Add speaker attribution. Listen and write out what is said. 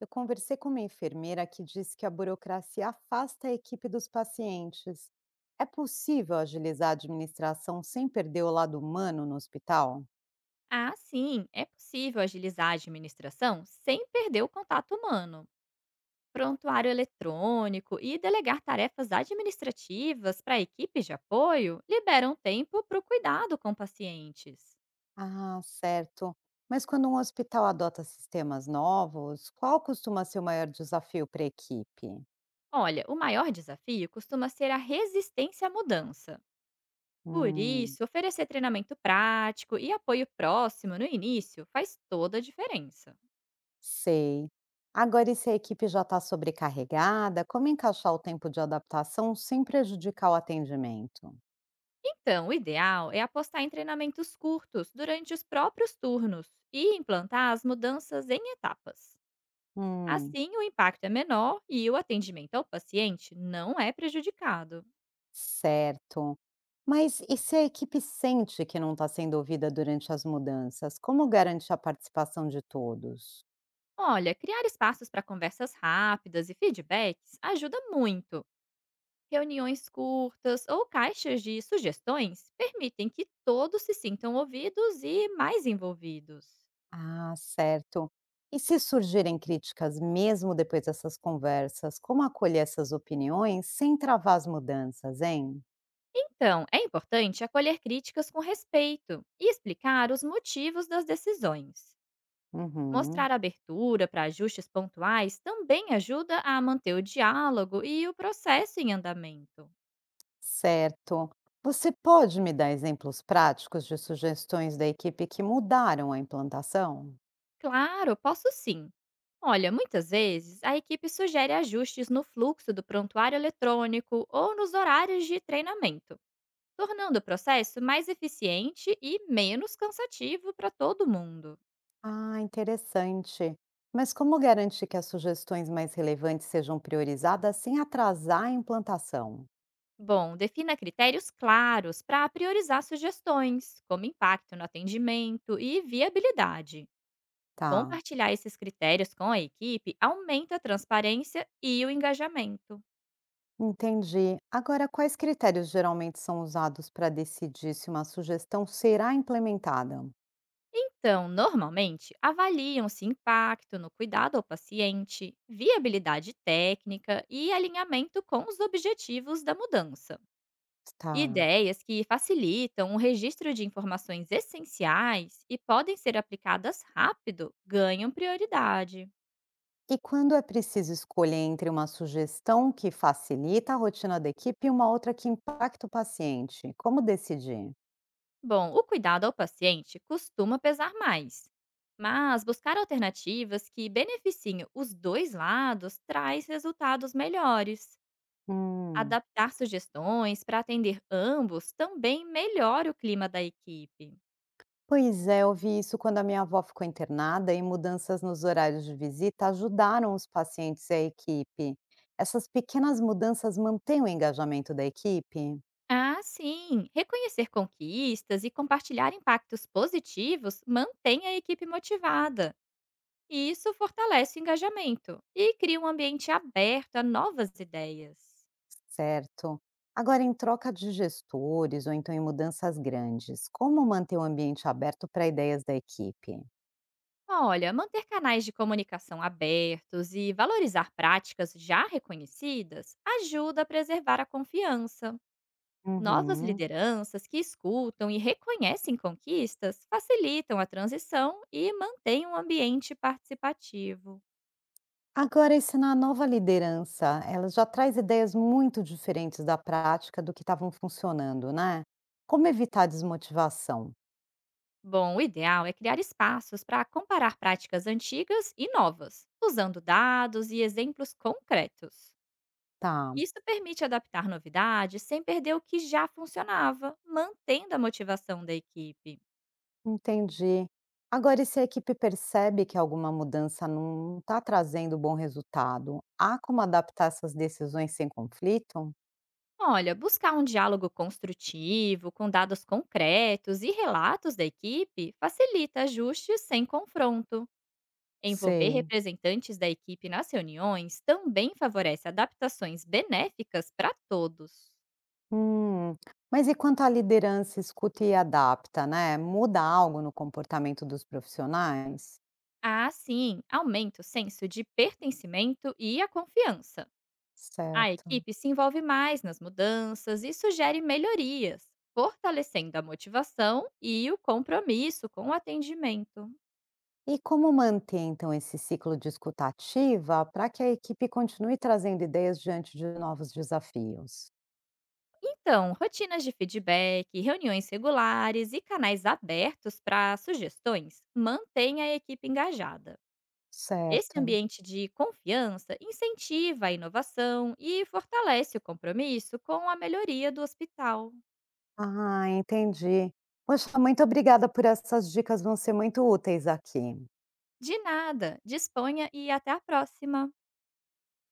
Speaker 1: Eu conversei com uma enfermeira que disse que a burocracia afasta a equipe dos pacientes. É possível agilizar a administração sem perder o lado humano no hospital?
Speaker 2: Ah, sim, é possível agilizar a administração sem perder o contato humano. Prontuário eletrônico e delegar tarefas administrativas para equipes de apoio liberam tempo para o cuidado com pacientes.
Speaker 1: Ah, certo. Mas quando um hospital adota sistemas novos, qual costuma ser o maior desafio para a equipe?
Speaker 2: Olha, o maior desafio costuma ser a resistência à mudança. Por
Speaker 1: Hum,
Speaker 2: isso, oferecer treinamento prático e apoio próximo no início faz toda a diferença.
Speaker 1: sei. Agora, e se a equipe já está sobrecarregada, como encaixar o tempo de adaptação sem prejudicar o atendimento?
Speaker 2: Então, o ideal é apostar em treinamentos curtos durante os próprios turnos e implantar as mudanças em etapas.
Speaker 1: Hum,
Speaker 2: Assim, o impacto é menor e o atendimento ao paciente não é prejudicado.
Speaker 1: certo. Mas e se a equipe sente que não está sendo ouvida durante as mudanças, como garante a participação de todos?
Speaker 2: Olha, criar espaços para conversas rápidas e feedbacks ajuda muito. Reuniões curtas ou caixas de sugestões permitem que todos se sintam ouvidos e mais envolvidos.
Speaker 1: Ah, certo. E se surgirem críticas mesmo depois dessas conversas, como acolher essas opiniões sem travar as mudanças, hein?
Speaker 2: Então, é importante acolher críticas com respeito e explicar os motivos das decisões.
Speaker 1: Uhum,
Speaker 2: Mostrar abertura para ajustes pontuais também ajuda a manter o diálogo e o processo em andamento.
Speaker 1: certo. Você pode me dar exemplos práticos de sugestões da equipe que mudaram a implantação?
Speaker 2: Claro, posso sim. Olha, muitas vezes a equipe sugere ajustes no fluxo do prontuário eletrônico ou nos horários de treinamento, tornando o processo mais eficiente e menos cansativo para todo mundo.
Speaker 1: Ah, interessante. Mas como garantir que as sugestões mais relevantes sejam priorizadas sem atrasar a implantação?
Speaker 2: Bom, defina critérios claros para priorizar sugestões, como impacto no atendimento e viabilidade.
Speaker 1: Tá,
Speaker 2: Compartilhar esses critérios com a equipe aumenta a transparência e o engajamento.
Speaker 1: entendi. Agora, quais critérios geralmente são usados para decidir se uma sugestão será implementada?
Speaker 2: Então, normalmente, avaliam-se impacto no cuidado ao paciente, viabilidade técnica e alinhamento com os objetivos da mudança. E
Speaker 1: Tá.
Speaker 2: Ideias que facilitam o registro de informações essenciais e podem ser aplicadas rápido ganham prioridade.
Speaker 1: E quando é preciso escolher entre uma sugestão que facilita a rotina da equipe e uma outra que impacta o paciente? Como decidir?
Speaker 2: Bom, o cuidado ao paciente costuma pesar mais, mas buscar alternativas que beneficiem os dois lados traz resultados melhores.
Speaker 1: Hum.
Speaker 2: Adaptar sugestões para atender ambos também melhora o clima da equipe.
Speaker 1: Pois é, eu vi isso quando a minha avó ficou internada e mudanças nos horários de visita ajudaram os pacientes e a equipe. Essas pequenas mudanças mantêm o engajamento da equipe?
Speaker 2: Ah, sim! Reconhecer conquistas e compartilhar impactos positivos mantém a equipe motivada. E isso fortalece o engajamento e cria um ambiente aberto a novas ideias.
Speaker 1: Certo. Agora, em troca de gestores ou então em mudanças grandes, como manter o ambiente aberto para ideias da equipe?
Speaker 2: Olha, manter canais de comunicação abertos e valorizar práticas já reconhecidas ajuda a preservar a confiança. Novas
Speaker 1: Uhum.
Speaker 2: lideranças que escutam e reconhecem conquistas facilitam a transição e mantêm um ambiente participativo.
Speaker 1: Agora, e se na nova liderança ela já traz ideias muito diferentes da prática do que estavam funcionando, né? Como evitar desmotivação?
Speaker 2: Bom, o ideal é criar espaços para comparar práticas antigas e novas, usando dados e exemplos concretos.
Speaker 1: Tá.
Speaker 2: Isso permite adaptar novidades sem perder o que já funcionava, mantendo a motivação da equipe.
Speaker 1: Entendi. Agora, e se a equipe percebe que alguma mudança não está trazendo bom resultado, há como adaptar essas decisões sem conflito?
Speaker 2: Olha, buscar um diálogo construtivo, com dados concretos e relatos da equipe, facilita ajustes sem confronto. Envolver
Speaker 1: Sei.
Speaker 2: representantes da equipe nas reuniões também favorece adaptações benéficas para todos.
Speaker 1: Hum, mas e quanto à liderança, escuta e adapta, né? Muda algo no comportamento dos profissionais?
Speaker 2: Ah, sim, aumenta o senso de pertencimento e a confiança. A
Speaker 1: Certo.
Speaker 2: equipe se envolve mais nas mudanças e sugere melhorias, fortalecendo a motivação e o compromisso com o atendimento.
Speaker 1: E como manter, então, esse ciclo de escuta ativa para que a equipe continue trazendo ideias diante de novos desafios?
Speaker 2: Então, rotinas de feedback, reuniões regulares e canais abertos para sugestões mantêm a equipe engajada. Esse
Speaker 1: Certo.
Speaker 2: ambiente de confiança incentiva a inovação e fortalece o compromisso com a melhoria do hospital.
Speaker 1: Ah, entendi. Poxa, muito obrigada por essas dicas, vão ser muito úteis aqui.
Speaker 2: De nada. Disponha e até a próxima.